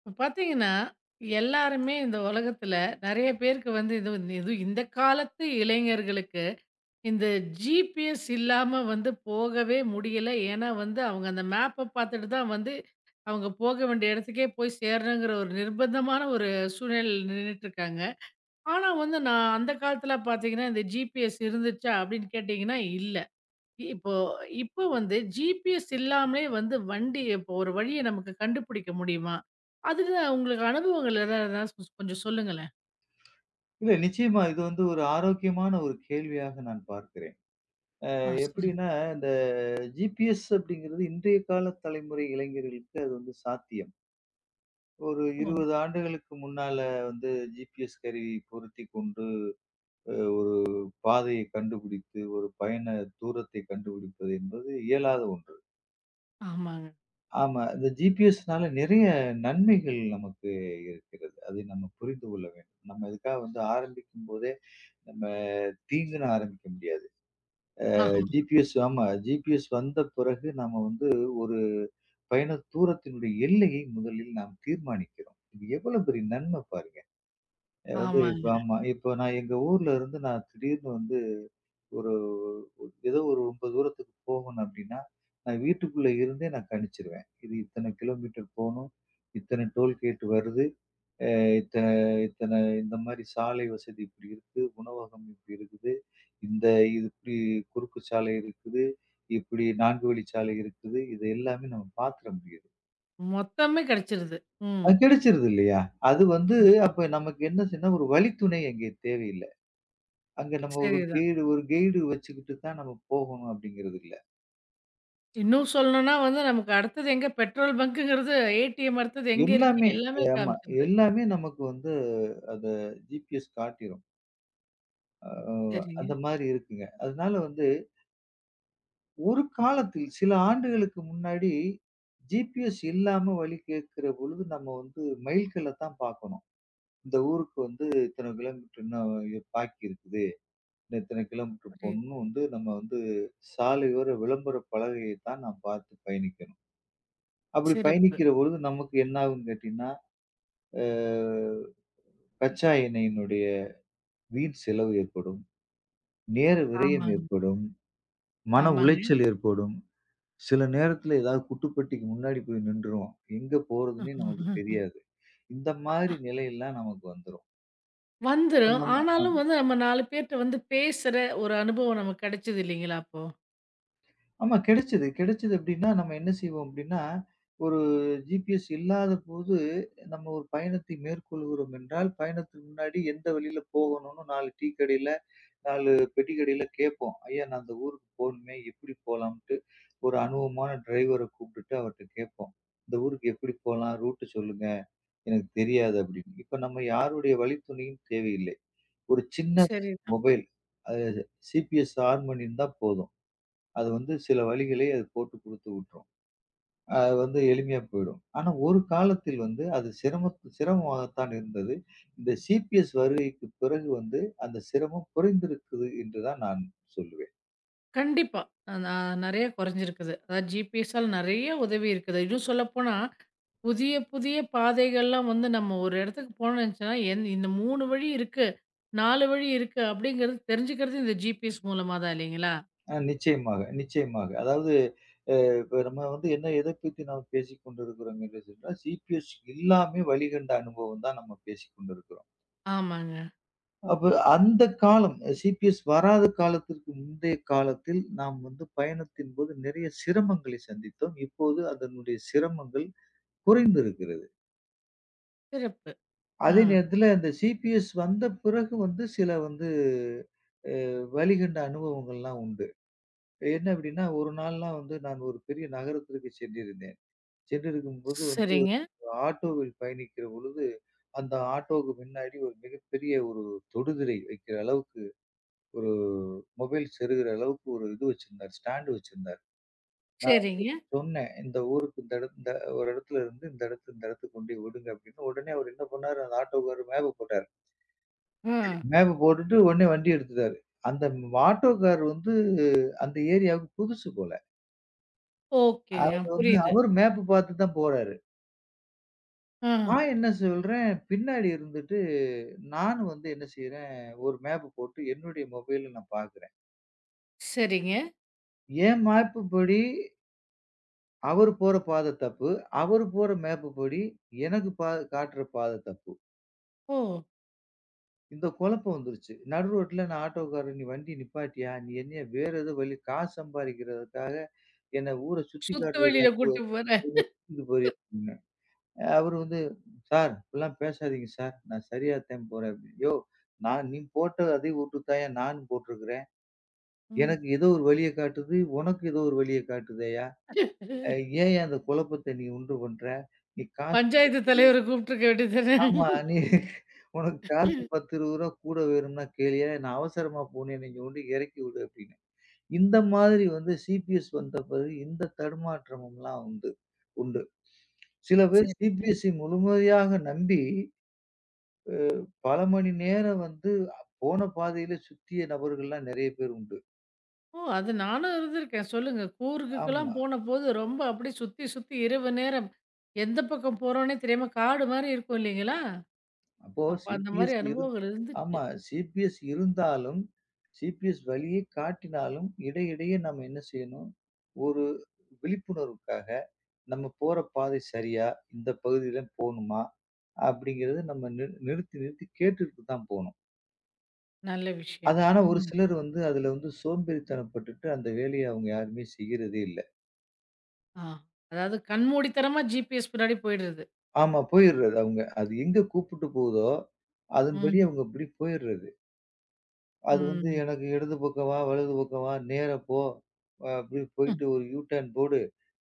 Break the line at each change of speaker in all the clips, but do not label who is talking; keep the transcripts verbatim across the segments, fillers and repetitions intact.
இப்ப பார்த்தீங்கன்னா, எல்லாருமே இந்த உலகத்துல நெறைய பேருக்கு வந்து இது இதுவும் இந்த காலத்து இளைஞர்களுக்கு, இந்த ஜிபிஎஸ் இல்லாம வந்து போகவே முடியல. ஏன்னா வந்து அவங்க அந்த மேப்ப பார்த்துட்டு தான் வந்து, அவங்க போக வேண்டிய இடத்துக்கே போய் சேரணுங்கிற ஒரு நிர்பந்தமான ஒரு சூழ்நிலையில நின்னுட்டுருக்காங்க. ஆனா வந்து நான் அந்த காலத்துல பார்த்தீங்கன்னா, இந்த ஜிபிஎஸ் இருந்துச்சா? அப்படின்னு கேட்டீங்கன்னா, இல்ல. இ- இப்போ இப்போ வந்து ஜிபிஎஸ் இல்லாமலே வந்து வண்டி இப்போ ஒரு வழிய நமக்கு கண்டுபிடிக்க முடியுமா? அதுல உங்களுக்கு அனுபவங்கள் ஏதாவது இருந்தா சொ கொஞ்சம் சொல்லுங்களேன்.
இல்ல நிச்சயமா. இது வந்து ஒரு ஆரோக்கியமான ஒரு கேள்வியாக நான் பார்க்கிறேன். அ
ஆ சொல்லுங்க.
எப்படின்னா, இந்த ஜிபிஎஸ் அப்படிங்கிறது இன்றைய கால தலைமுறை இளைஞர்களுக்கு அது வந்து சாத்தியம். ஒரு
ஓ!
இருபது ஆண்டுகளுக்கு முன்னால வந்து ஜிபிஎஸ் கருவி பொருத்திக் கொண்டு, அ ஒரு பாதையை கண்டுபிடித்து, ஒரு பயண தூரத்தை கண்டுபிடிப்பது என்பது இயலாத ஒன்று.
ஆமாங்க.
ஆமா. இந்த ஜிபிஎஸ்னால நிறைய நன்மைகள் நமக்கு இருக்கிறது. அதை நம்ம புரிந்து கொள்ள வேண்டும். நம்ம இதுக்காக வந்து ஆரம்பிக்கும்போதே, நம்ம தீங்குன்னு ஆரம்பிக்க முடியாது.
ஆமா,
ஜிபிஎஸ் ஆமா. ஜிபிஎஸ் வந்த பிறகு நம்ம வந்து ஒரு பயண தூரத்தினுடைய எல்லையை முதலில் நாம் தீர்மானிக்கிறோம். இது எவ்வளவு பெரிய நன்மை பாருங்க. அ வந்து இப்ப
ஆமாங்க.
ஆமா. இப்ப நான் எங்க ஊர்ல இருந்து நான் திடீர்னு வந்து ஒரு ஒரு- ஏதோ ஒரு ரொம்ப தூரத்துக்கு போகணும் அப்படின்னா, நான் வீட்டுக்குள்ள இருந்தே நான் கணிச்சிருவேன். இது இத்தனை கிலோமீட்டர் போணும். இத்தனை டோல்கேட் வருது. அ இத்தனை இத்தனை இந்த மாரி சாலை வசதி இப்படி இருக்கு. உணவகம் இப்படி இருக்குது. இந்த இது இப்படி குறுக்கு சாலை இருக்குது. இப்படி நான்கு வழிச்சாலை இருக்குது. இது எல்லாமே நம்ம பாத்துற முடியுது.
மொத்தமே கிடைச்சிருது. ம்.
அது கிடைச்சிருது இல்லையா? அது வந்து
ம்.
அப்ப நமக்கு என்ன செய்யணும்னா, ஒரு வழித்துணை அங்கே தேவையில்ல. அங்க நம்ம ஒரு
சரிதான்.
கைடு ஒரு கைடு வச்சுக்கிட்டு தான் நம்ம போகணும் அப்படிங்கிறது இல்ல.
இன்னும் சொல்லணும்னா வந்து நமக்கு அடுத்தது எங்க பெட்ரோல் பங்க்குங்கிறது, ஏடிஎம் அடுத்தது எங்க இருக்கு
எல்லாமே
எல்லாமே
ஆமா.
காமிச்சிருது.
எல்லாமே நமக்கு வந்து அத ஜிபிஎஸ் காட்டிரும். அ
சரிங்க.
அந்த மாரி இருக்குங்க. அதனால வந்து ஒரு காலத்தில் சில ஆண்டுகளுக்கு முன்னாடி ஜிபிஎஸ் இல்லாம வழி கேட்கிற பொழுது நம்ம வந்து மைல்கல்ல தான் பார்க்கணும். இந்த ஊருக்கு வந்து இத்தனை கிலோமீட்டர் இன்னும் இது பாக்கி இருக்குது. இன்னும் இத்தனை கிலோமீட்டர்
புரியுது.
போகணும்னு வந்து நம்ம வந்து சாலையோர விளம்பர பலகையை தான் நாம் பார்த்து பயணிக்கணும். அப்படி
சிறப்பு.
பயணிக்கிற பொழுது நமக்கு என்ன ஆகும்ன்னு கேட்டீங்கன்னா, அ கச்சா எண்ணெயினுடைய வீண் செலவு ஏற்படும். நேர விரயம்
ஆமாங்க.
ஏற்படும். மன
ஆமாங்க.
உளைச்சல் ஏற்படும். சில நேரத்துல ஏதாவது குட்டுப்பட்டிக்கு முன்னாடி போய் நின்றுவோம். எங்க போறதுன்னே நமக்கு தெரியாது. இந்த மாதிரி நிலையெல்லாம் நமக்கு வந்துரும். அப்ப
வந்துரும்.
நம்ம
ஆனாலும்
ஆமா.
வந்து நம்ம நாலு பேர்ட்ட வந்து பேசுற ஒரு அனுபவம் நமக்கு கிடைச்சது இல்லைங்களா அப்போ?
ஆமா கிடைச்சது. கிடைச்சது அப்டின்னா, நம்ம என்ன செய்வோம் அப்டின்னா, ஒரு ஜிபிஎஸ் இல்லாதபோது நம்ம ஒரு பயணத்தை மேற்கொள்கிறோம் என்றால், பயணத்துக்கு முன்னாடி எந்த வழியில போகணும்னு நாலு டீ கடையில, நாலு பெட்டி கடையில கேட்போம். ஐயா நான் அந்த ஊருக்கு போணுமே எப்டி போலாம்ன்ட்டு ஒரு அனுபவமான டிரைவர கூப்பிட்டுட்டு அவர்ட்ட கேட்போம். இந்த ஊருக்கு எப்டி போலாம்? ரூட் சொல்லுங்க. எனக்கு தெரியாது அப்படின்னு. இப்ப நம்ம யாருடைய வழித்துணையும் தேவையில்லை. ஒரு சின்ன
சரிதான்.
மொபைல் அது சிபிஎஸ் ஆன் பண்ணியிருந்தா போதும். அது வந்து சில வழிகளை அது போட்டு குடுத்து விட்டுரும். அது வந்து எளிமையா போயிடும். ஆனா ஒரு காலத்தில் வந்து அது சிரம சிரமமாகத்தான் இருந்தது. இந்த சிபிஎஸ் வருகைக்குப் பிறகு வந்து அந்த சிரமம் குறைந்திருக்குது என்று தான் நான் சொல்லுவேன்.
கண்டிப்பா. அ நான் நெறைய குறைஞ்சிருக்குது. அதாவது ஜிபிஎஸ்ஸால நெறைய உதவி இருக்குது. இன்னும் சொல்லப்போனா, புதிய புதிய பாதைகள்லாம் வந்து நம்ம ஒரு இடத்துக்கு போனோம்னு நெனச்சோன்னா, எந் இந்த மூணு வழி இருக்கு, நாலு வழி இருக்கு அப்படிங்கிறது தெரிஞ்சுக்கிறது இந்த ஜிபிஎஸ் மூலமா தான் இல்லைங்களா?
அ நிச்சயமாக, நிச்சயமாக. அதாவது அ இப்ப நம்ம வந்து என்ன எதைப் பத்தி நாம் பேசிக் கொண்டிருக்கிறோம் என்று சொன்னால், சிபிஎஸ் இல்லாமே வழிகண்ட அனுபவம் தான் நம்ம பேசிக் கொண்டிருக்கிறோம்.
ஆமாங்க.
அப்ப அந்த காலம் சிபிஎஸ் வராத காலத்திற்கு முந்தைய காலத்தில் நாம் வந்து பயணத்தின்போது நிறைய சிரமங்களை சந்தித்தோம். இப்போது அதனுடைய சிரமங்கள் குறைந்திருக்கிறது.
சிறப்பு. ஆ.
அதே நேரத்தில அந்த சிபிஎஸ் வந்த பிறகு வந்து சில வந்து வழிகண்ட அனுபவங்கள்லாம் உண்டு. என்ன அப்படின்னா, ஒரு நாள்லாம் வந்து நான் ஒரு பெரிய நகரத்திற்கு சென்றிருந்தேன். சென்றிருக்கும்போது வந்து
சரிங்க,
ஒரு ஆட்டோவில் பயணிக்கிற பொழுது, அந்த ஆட்டோவுக்கு முன்னாடி ஒரு மிகப்பெரிய ஒரு தொடுதிரை வைக்கிற அளவுக்கு ஒரு மொபைல் செருகுற அளவுக்கு ஒரு இது வச்சிருந்தார். ஸ்டாண்ட் வச்சிருந்தார். நான்
சரிங்க.
சொன்னேன், "இந்த ஊருக்கு இந்த இடத் இந்த ஒரு இடத்துல இருந்து இந்த இடத்து இந்த இடத்துக்கு கொண்டு போய் விடுங்க" அப்படின்னு. உடனே அவர் என்ன பண்ணாரு, அந்த ஆட்டோக்காரர் மேப்பு போட்டாரு.
ஆ.
மேப்பு போட்டுட்டு உடனே வண்டி எடுத்துட்டாரு. அந்த ஆட்டோக்காரர் வந்து அந்த ஏரியாவுக்கு புதுசு போல.
ஓகே. ஆ
அவர் வந்து
புரியுது.
அவர் மேப்பு பார்த்து தான் போறாரு.
ஆ.
நான் என்ன சொல்றேன், பின்னாடி இருந்துட்டு நான் வந்து என்ன செய்றேன், ஒரு மேப் போட்டு என்னுடைய மொபைல்ல நான் பார்க்குறேன்.
சரிங்க.
என் மேப்பு படி அவரு போற பாதை தப்பு. அவரு போற மேப்பு படி எனக்கு பா காட்டுற பாதை தப்பு.
ஓ!
இந்த குழப்பம் வந்துருச்சு. நடு ரோட்ல நான் ஆட்டோக்காரன், "நீ வண்டிய நிப்பாட்டியா? நீ என்னைய வேற ஏதோ வழி காசு சம்பாரிக்கிறதுக்காக என்ன ஊர சுத்தி
சுத்து வெளியில
காட்டுறதுக்காக கூ-
கூட்டு போறேன்.
கூட்டிட்டு போறியா?" அவரு வந்து, "சார் இப்படிலாம் பேசாதீங்க சார். நான் சரியாகத்தான் போறேன்" அப்படின்னு. யோவ்! நான் நீ போட்ட அதே ஊற்றுத்தாயா நானும் போட்டிருக்கிறேன்.
ம்.
எனக்கு ஏதோ ஒரு வழிய காட்டுது. உனக்கு ஏதோ ஒரு வழிய காட்டுதேய்யா. அ ஏன்யா அந்த குழப்பத்தை நீ உண்டு பண்ற? நீ காசு
பஞ்சாயத்து தலைவர கூப்பிட்டுருக்க வேண்டியது தானே.
ஆமா. நீ உனக்கு காசு ரூ. பத்து, இருபது கூட வேணும்னா கேளுய்யா. நான் அவசரமா போனேன். நீங்க ஒண்டி இறக்கி விடு" அப்படின்னு. இந்த மாதிரி வந்து சிபிஎஸ் வந்த பிறகு இந்த தடுமாற்றமும்லாம் உண்டு உண்டு. சில பேர்
சரிங்க.
சிபிஎஸ்இ முழுமையாக நம்பி பல மணி நேரம் வந்து போன பாதையில சுத்திய நபர்கள்லாம் நெறைய பேர் உண்டு.
ஓ! அது நானும் இருந்திருக்கேன். சொல்லுங்க. கூர்க்குக்குலாம்
ஆமா.
போனபோது ரொம்ப அப்படியே சுத்தி, சுத்தி இரவு நேரம் எந்த பக்கம் போறோன்னே தெரியாம காடு மாரி இருக்கும் இல்லைங்களா?
அப்போ
அப்ப அந்த மாரி
சிபிஎஸ் இரு
அனுபவங்கள் இருந்துச்சு.
ஆமா. சிபிஎஸ் இருந்தாலும், சிபிஎஸ் வழியே காட்டினாலும் இடையிடையே நம்ம என்ன செய்யணும்? ஒரு விழிப்புணர்வுக்காக நம்ம போற பாதை சரியா? இந்த பகுதியில போணுமா? அப்படிங்கிறத நம்ம நி நிறுத்தி நிறுத்தி கேட்டுட்டு தான் போணும்.
நல்ல விஷயம்.
அது ஆனா ஒரு
ம்.
சிலர் வந்து அதுல வந்து சோம்பேறித்தனப்பட்டுட்டு அந்த வேலைய அவங்க யாருமே செய்யறதே இல்ல.
ஆ. அதாவது கண்மூடித்தனமா ஜிபிஎஸ் பின்னாடி போயிடுறது.
ஆமா. போயிர்றது அவங்க. அது எங்க கூப்பிட்டு போகுதோ, அதன்படி
ம்.
அவங்க இப்படி போயிர்றது. அது வந்து
ம்.
எனக்கு இடது பக்கம் வா, வலது பக்கம் வா, நேரா போ, அ அப்படி
ம்.
போயிட்டு ஒரு யூ டர்ன் போடு.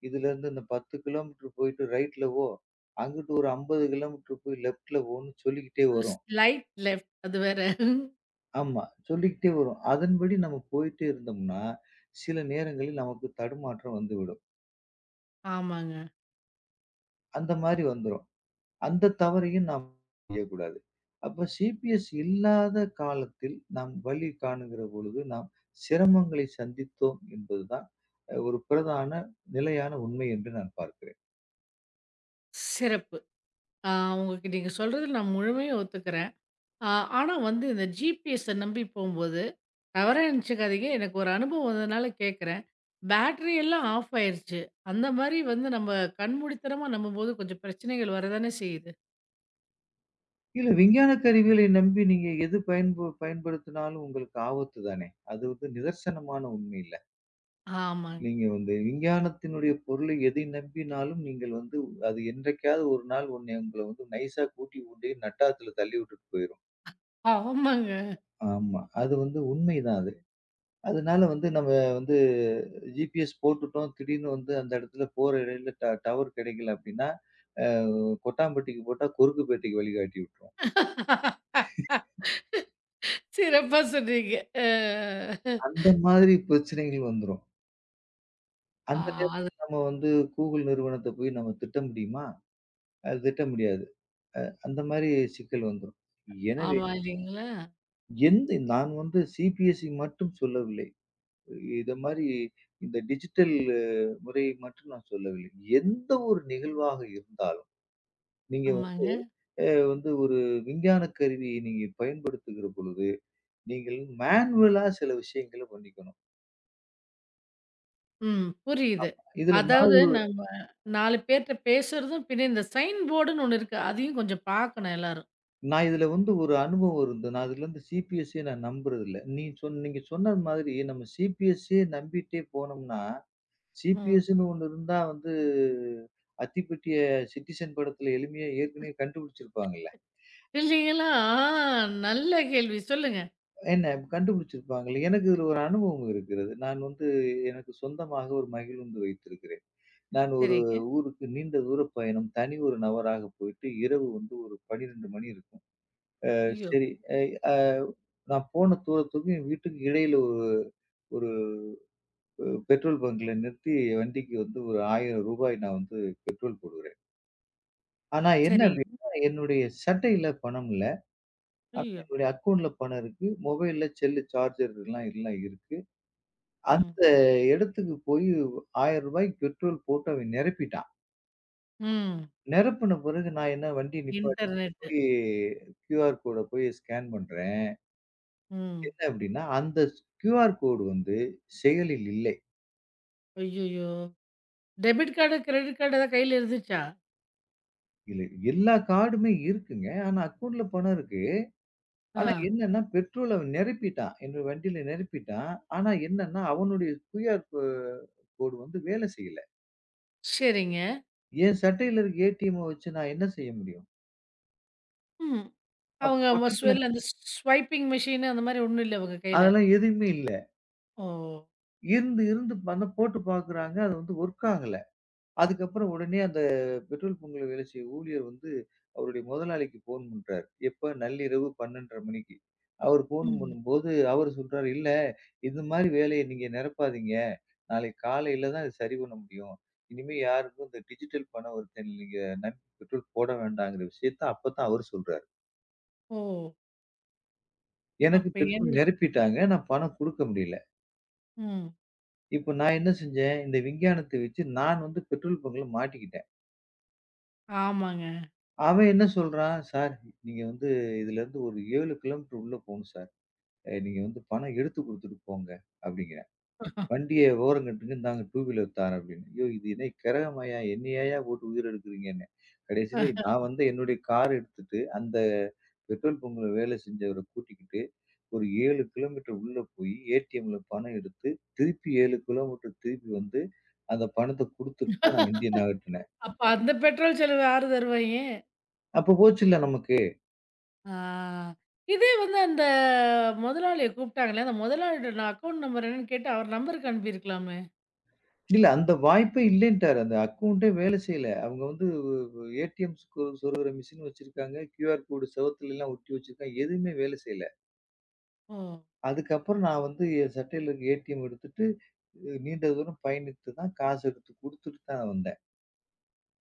இதுலேருந்து இந்த பத்து கிலோமீட்டர் போயிட்டு ரைட்ல போ. அங்கிட்டு ஒரு ஐம்பது கிலோமீட்டர் போய் லெஃப்ட்ல போன்னு சொல்லிக்கிட்டே வரும்.
ஸ்லைட் லெஃப்ட் அது வேற.
ஆமா. சொல்லிக்கிட்டே வரும். அதன்படி நம்ம போயிட்டே இருந்தோம்னா, சில நேரங்களில் நமக்கு தடுமாற்றம் வந்துவிடும்.
ஆமாங்க.
அந்த மாரி வந்துரும். அந்த தவறையும் நாம் செய்யக்கூடாது. அப்ப சிபிஎஸ் இல்லாத காலத்தில் நாம் வழி காணுகிற பொழுது, நாம் சிரமங்களை சந்தித்தோம் என்பதுதான் அ ஒரு பிரதான நிலையான உண்மை என்று நான் பார்க்கிறேன்.
சிறப்பு. ஆ உங்களுக்கு நீங்க சொல்றதுல நான் முழுமையா ஒத்துக்கிறேன். ஆ, ஆனா வந்து இந்த ஜிபிஎஸ்ஸ நம்பி போம்போது, தவறா நெனச்சுக்காதீங்க. எனக்கு ஒரு அனுபவம் வந்ததுனால கேட்கிறேன். பேட்டரி எல்லாம் ஆஃப் ஆயிருச்சு. அந்த மாரி வந்து நம்ம கண்மூடித்தனமா நம்பும்போது கொஞ்சம் பிரச்சனைகள் வரதானே செய்யுது.
இல்ல விஞ்ஞான கருவிகளை நம்பி நீங்க எது பயன்ப பயன்படுத்தினாலும் உங்களுக்கு ஆபத்து தானே! அது வந்து நிதர்சனமான உண்மை இல்ல.
ஆமாங்க.
நீங்க வந்து விஞ்ஞானத்தினுடைய பொருளை எதை நம்பினாலும் நீங்கள் வந்து அது என்றைக்காவது ஒரு நாள் உன்னை உங்கள வந்து நைஸா கூட்டி கொண்டு நட்டாத்துல தள்ளி விட்டுட்டு போயிரும்.
ஆமாங்க.
ஆமா. அது வந்து உண்மைதான் அது. அதனால வந்து நம்ம வந்து ஜிபிஎஸ் போட்டுட்டோம். திடீர்னு வந்து அந்த இடத்துல போற இடையில ட டவர் கிடைக்கல அப்படின்னா, கொட்டாம்பட்டிக்கு போட்டா குறுக்குப்பேட்டைக்கு வழிகாட்டி விட்டுரும்.
சிறப்பா சொன்னீங்க. அ
அந்த மாதிரி பிரச்சனைகள் வந்துரும்.
ஆ
அந்த நேரத்துல
அது
நம்ம வந்து Google நிறுவனத்த போய் நம்ம திட்ட முடியுமா? அது திட்ட முடியாது. அந்த மாரி சிக்கல் வந்துரும். எனவே
ஆமா இல்லைங்களா?
எந்த நான் வந்து சிபிஎஸ்இ மட்டும் சொல்லவில்லை. இத மாரி இந்த டிஜிட்டல் முறையை மட்டும் நான் சொல்லவில்லை. எந்த ஒரு நிகழ்வாக இருந்தாலும் நீங்க வந்து
ஆமாங்க.
அ வந்து ஒரு விஞ்ஞான கருவியை நீங்க பயன்படுத்துகிற பொழுது, நீங்கள் மேனுவலா சில விஷயங்கள பண்ணிக்கணும்.
ம். புரியுது.
இதுல நான்
அதாவது
ஒ
நம்ம நாலு பேர்ட்ட பேசுறதும், பின்ன இந்த சைன் போர்டுன்னு ஒண்ணு இருக்கு. அதையும் கொஞ்சம் பார்க்கணும் எல்லாரும்.
நான் இதுல வந்து ஒரு அனுபவம் இருந்து, நான் இதுலருந்து சிபிஎஸ்சிய நான் நம்புறதில்ல. நீ சொன் நீங்க சொன்ன மாதிரி நம்ம சிபிஎஸ்சிய நம்பிட்டே போனோம்னா,
ம்.
சிபிஎஸ்ன்னு ஒண்ணு இருந்தா வந்து அத்திப்பட்டிய சிட்டிசன் படத்துல எளிமையா ஏற்கனவே கண்டுபிடிச்சிருப்பாங்கல்ல.
இல்லைங்களா? ஆ நல்ல கேள்வி. சொல்லுங்க.
என்ன கண்டுபிடிச்சிருப்பாங்கல்ல. எனக்கு இதுல ஒரு அனுபவம் இருக்கிறது. நான் வந்து எனக்கு சொந்தமாக ஒரு மகிழுந்து வைத்திருக்கிறேன். நான் ஒரு
சரிங்க.
ஊருக்கு நீண்ட தூர பயணம். தனி ஒரு நபராக போயிட்டு இரவு வந்து ஒரு பன்னிரண்டு மணி இருக்கும். அ
ஐயோ!
சரி அ அ நான் போன தூரத்துக்கும் என் வீட்டுக்கு இடையில ஒரு ஒரு பெட்ரோல் பங்க்ல நிறுத்தி வண்டிக்கு வந்து ஒரு ரூ. ஆயிரம் நான் வந்து பெட்ரோல் போடுகிறேன். ஆனா என்ன
சரிங்க.
அப்டின்னா, என்னுடைய சட்டையில பணம் இல்ல. ஆனா
ஐயோ!
என்னுடைய அக்கவுண்ட்ல பணம் இருக்கு. மொபைல்ல செல்லு சார்ஜர் எல்லாம் எல்லாம் இருக்கு.
ம்.
அந்த இடத்துக்கு போய் ரூ. ஆயிரம் பெட்ரோல் போட்டு அவன் நிரப்பிட்டான்.
ம்.
நிரப்புன பிறகு நான் என்ன வண்டி நிப்பாட்டி
இன்டர்நெட்டு.
போயி கியூஆர் கோட போய் ஸ்கேன் பண்றேன்.
ம்.
என்ன அப்டின்னா, அந்த கியூஆர் கோடு வந்து செயலில் இல்லை.
ஐயய்யோ! டெபிட் கார்டு, கிரெடிட் கார்டு எதாவது கையில இருந்துச்சா?
இல்ல எல்லா கார்டுமே இருக்குங்க. ஆனா அக்கவுண்ட்ல பணம் இருக்கு.
ஆ.
ஆனா என்னன்னா, பெட்ரோல் அவன் நிரப்பிட்டான். என்னோட வண்டியில நிரப்பிட்டான். ஆனா என்னன்னா, அவனுடைய கியூஆர் கோ கோடு வந்து வேலை செய்யல.
சரிங்க.
என் சட்டையில இருக்க ஏடிஎம்ம வச்சு நான் என்ன செய்ய முடியும்?
ம்.
அப்ப
அவங்க
பக்கத்துல
மொஸ்வெல் அந்த ஸ் ஸ்வைப்பிங் மெஷின் அந்த மாரி ஒண்ணும் இல்ல உங்க கையில?
அதெல்லாம் எதுவுமே இல்ல.
ஓ!
இருந்து இருந்து பண்ண போட்டு பார்க்குறாங்க. அது வந்து ஒர்க் ஆகல. அதுக்கப்புறம் உடனே அந்த பெட்ரோல் பங்க்ல வேலை செய்ய ஊழியர் வந்து அவருடைய முதலாளிக்கு ஃபோன் பண்றாரு. எப்ப நள்ளிரவு பன்னிரண்டு முப்பது மணிக்கு. அவர் ஃபோன்
ம்.
பண்ணும்போது அவர் சொல்றாரு, "இல்ல இது மாரி வேலைய நீங்க நிரப்பாதீங்க. நாளைக்கு காலையில தான் இது சரி பண்ண முடியும். இனிமே யாருக்கும் இந்த டிஜிட்டல் பண ஒருத்தன் நீங்க நம்பி பெட்ரோல் போட வேண்டாங்கிற விஷயத்த" அப்பதான் அவரு சொல்றாரு.
ஓ!
எனக்கு
அப்ப
பெட்ரோல்
என்ன?
நிரப்பிட்டாங்க. நான் பணம் குடுக்க முடியல.
ம்.
இப்ப நான் என்ன செஞ்சேன்? இந்த விஞ்ஞானத்த வச்சு நான் வந்து பெட்ரோல் பங்க்ல மாட்டிக்கிட்டேன்.
ஆமாங்க.
அவன் என்ன சொல்றான், "சார் நீங்க வந்து இதிலருந்து ஒரு ஏழு கிலோமீட்டர் உள்ள போணும் சார். அ நீங்க வந்து பணம் எடுத்து குடுத்துட்டு போங்க" அப்படிங்கிறான். வண்டிய ஓரங்கட்டுங்க இந்தாங்க டூ வீலர் தாரேன் அப்படின்னு. ஐயோ! இது என்ன கிரகமாய்யா? என்னையாய்யா போட்டு உயிர் எடுக்குறீங்கன்னேன். கடைசியில நான் வந்து என்னுடைய கார எடுத்துட்டு, அந்த பெட்ரோல் பங்க்ல வேலை செஞ்சவர கூட்டிக்கிட்டு, ஒரு ஏழு கிலோமீட்டர் உள்ள போய் ஏடிஎம்ல பணம் எடுத்து, திருப்பி ஏழு கிலோமீட்டர் திருப்பி வந்து, அந்த பணத்த குடுத்துட்டு தான் நான் வண்டிய நகர்த்தினேன்.
அப்ப அந்த பெட்ரோல் செலவு யாரு தருவாய்ங்க?
அப்ப போச்சுல்ல நமக்கு.
ஆ. இதே வந்து அந்த முதலாளிய கூப்பிட்டாங்களே, அந்த முதலாளியோட நான் அக்கவுண்ட் நம்பர் என்னன்னு கேட்டு அவர் நம்பருக்கு அனுப்பியிருக்கலாமே!
இல்ல அந்த வாய்ப்பே இல்லேன்ட்டாரு. அந்த அக்கவுண்டே வேலை செய்யல. அவங்க வந்து ஏடிஎம் சொ சொருகுற மிஷின் வச்சிருக்காங்க. கியூஆர் கோடு செவுத்துலலாம் ஒட்டி வச்சிருக்காங்க. எதுவுமே வேலை செய்யல.
ஓ!
அதுக்கப்புறம் நான் வந்து என் சட்டையில இருக்க ஏடிஎம் எடுத்துட்டு, அஹ், நீண்ட தூரம் பயணித்து தான் காசு எடுத்து குடுத்துட்டு தான் வந்தேன்.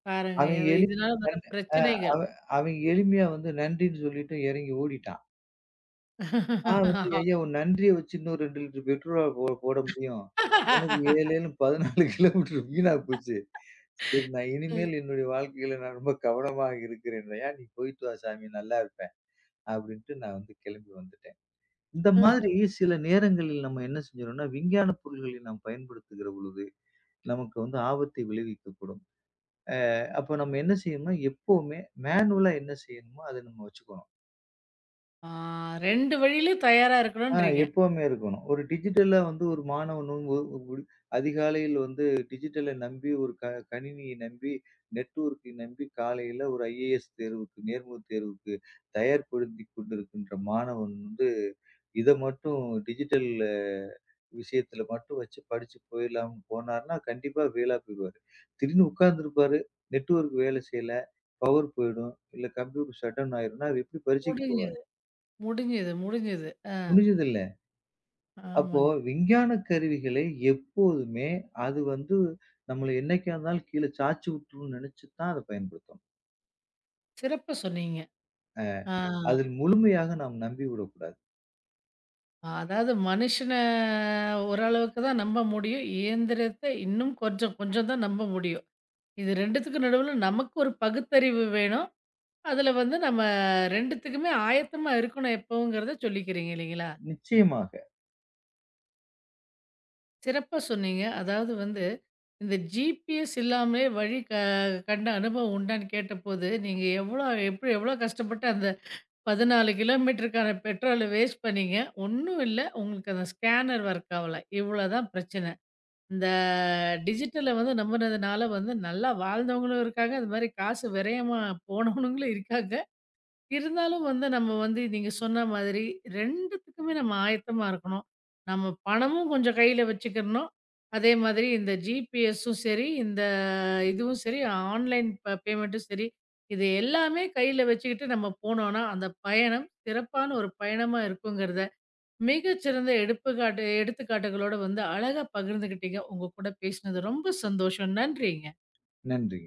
பாருங்க.
அவன்
அது
எளி
இதனால வர
அ
பிரச்சனைகள்.
அவன் அவன் எளிமையா வந்து நன்றின்னு சொல்லிட்டு இறங்கி ஓடிட்டான். ஆ வந்து ஐயா ஒரு நன்றிய வச்சு இன்னும் ரெண்டு லிட்டர் பெட்ரோலா போ போட முடியும். எனக்கு ஏழேன்னு பதினாலு கிலோமீட்டர் வீணா போச்சு. சரி நான் இனிமேல் என்னுடைய வாழ்க்கையில நான் ரொம்ப கவனமாக இருக்கிறேன். ஐயா நீ போயிட்டு வா சாமி நல்லா இருப்பேன். அப்படின்ட்டு நான் வந்து கிளம்பி வந்துட்டேன். இந்த மாதிரி சில நேரங்களில் நம்ம என்ன செஞ்சிரோம்னா, விஞ்ஞான பொருள்களை நாம் பயன்படுத்துகிற பொழுது, நமக்கு வந்து ஆபத்தை விளைவிக்கக்கூடும். அப்ப நம்ம என்ன செய்யணும்னா எப்பவுமே மேனுவலா என்ன செய்யணுமோ அத நம்ம வச்சுக்கணும்.
ஆ ரெண்டு வழியிலயும் தயாரா
ஆ
இருக்கணும்ன்றீங்க.
எப்பவுமே இருக்கணும். ஒரு டிஜிட்டலா வந்து ஒரு மாணவனும் ஒ ஒரு அதிகாலையில் வந்து டிஜிட்டல நம்பி ஒரு க கணினியை நம்பி, நெட்வொர்க்கை நம்பி காலையில ஒரு ஐஏஎஸ் தேர்வுக்கு, நேர்முகத் தேர்வுக்கு தயார்படுத்திக் கொண்டிருக்கின்ற மாணவன் வந்து, இத மட்டும் டிஜிட்டல் விஷயத்துல மட்டும் வச்சு படிச்சு போயிடலாம்னு போனார்னா, கண்டிப்பா ஃபெயிலா போயிருவாரு. திடீர்னு உட்கார்ந்திருப்பாரு, நெட்வொர்க் வேலை செய்யல, பவர் போயிடும், இல்ல கம்ப்யூட்டர் ஷட் டவுன் ஆயிரும்னா, அவர் எப்படி பரீட்சைக்கு போவார்?
முடிஞ்சது, முடிஞ்சது, முடிஞ்சது. அ
முடிஞ்சதில்ல. அப்போ
ஆமாங்க.
விஞ்ஞான கருவிகளை எப்போதுமே அது வந்து நம்மள என்னைக்கா இருந்தாலும் கீழ சாய்ச்சு விட்டுரும்னு நினைச்சு தான் அத பயன்படுத்தணும்.
சிறப்பா சொன்னீங்க. ஆ.
அதில் முழுமையாக நாம் நம்பிவிடக்கூடாது.
அதாவது மனுஷன ஓரளவுக்கு தான் நம்ப முடியும். இயந்திரத்த இன்னும் கொஞ்சம், கொஞ்சம் தான் நம்ப முடியும். இது 2த்துக்கும் நடுவுல நமக்கு ஒரு பகுத்தறிவு வேணும். அதுல வந்து நம்ம 2த்துக்குமே ஆயத்தமா இருக்கணும் எப்பவுங்கிறத சொல்லிக்கிறீங்க இல்லைங்களா?
நிச்சயமாக.
சிறப்பா சொன்னீங்க. அதாவது வந்து, இந்த ஜிபிஎஸ் இல்லாமலே வழி க கண்ட அனுபவம் உண்டான்னு கேட்டபோது, நீங்க எவ்வளோ எப்படி எவ்வளோ கஷ்டப்பட்டு அந்த பதினாலு கிலோமீட்டருக்கான பெட்ரோல வேஸ்ட் பண்ணீங்க. ஒண்ணும் இல்ல. உங்களுக்கு அந்த ஸ்கேனர் ஒர்க் ஆவல. இவ்வளோதான் பிரச்சனை. இந்த டிஜிட்டல வந்து நம்புனதுனால வந்து நல்லா வாழ்ந்தவங்களும் இருக்காங்க. அது மாரி காசு விரயமா போனவனுங்களும் இருக்காங்க. இருந்தாலும் வந்து நம்ம வந்து நீங்க சொன்ன மாதிரி 2த்துக்குமே நம்ம ஆயத்தமா இருக்கணும். நம்ம பணமும் கொஞ்சம் கையில வச்சுக்கிறணும். அதே மாதிரி இந்த ஜிபிஎஸ்ஸும் சரி, இந்த இதுவும் சரி, ஆன்லைன் ப பேமெண்ட்டும் சரி, இது எல்லாமே கையில வச்சுக்கிட்டு நம்ம போனோம்னா, அந்த பயணம் சிறப்பான ஒரு பயணமா இருக்குங்கிறத மிகச்சிறந்த எடுப்புக்காட்டு எடுத்துக்காட்டுகளோட வந்து அழகா பகிர்ந்துக்கிட்டீங்க. உங்க கூட பேசினது ரொம்ப சந்தோஷம். நன்றிங்க.
நன்றிங்க.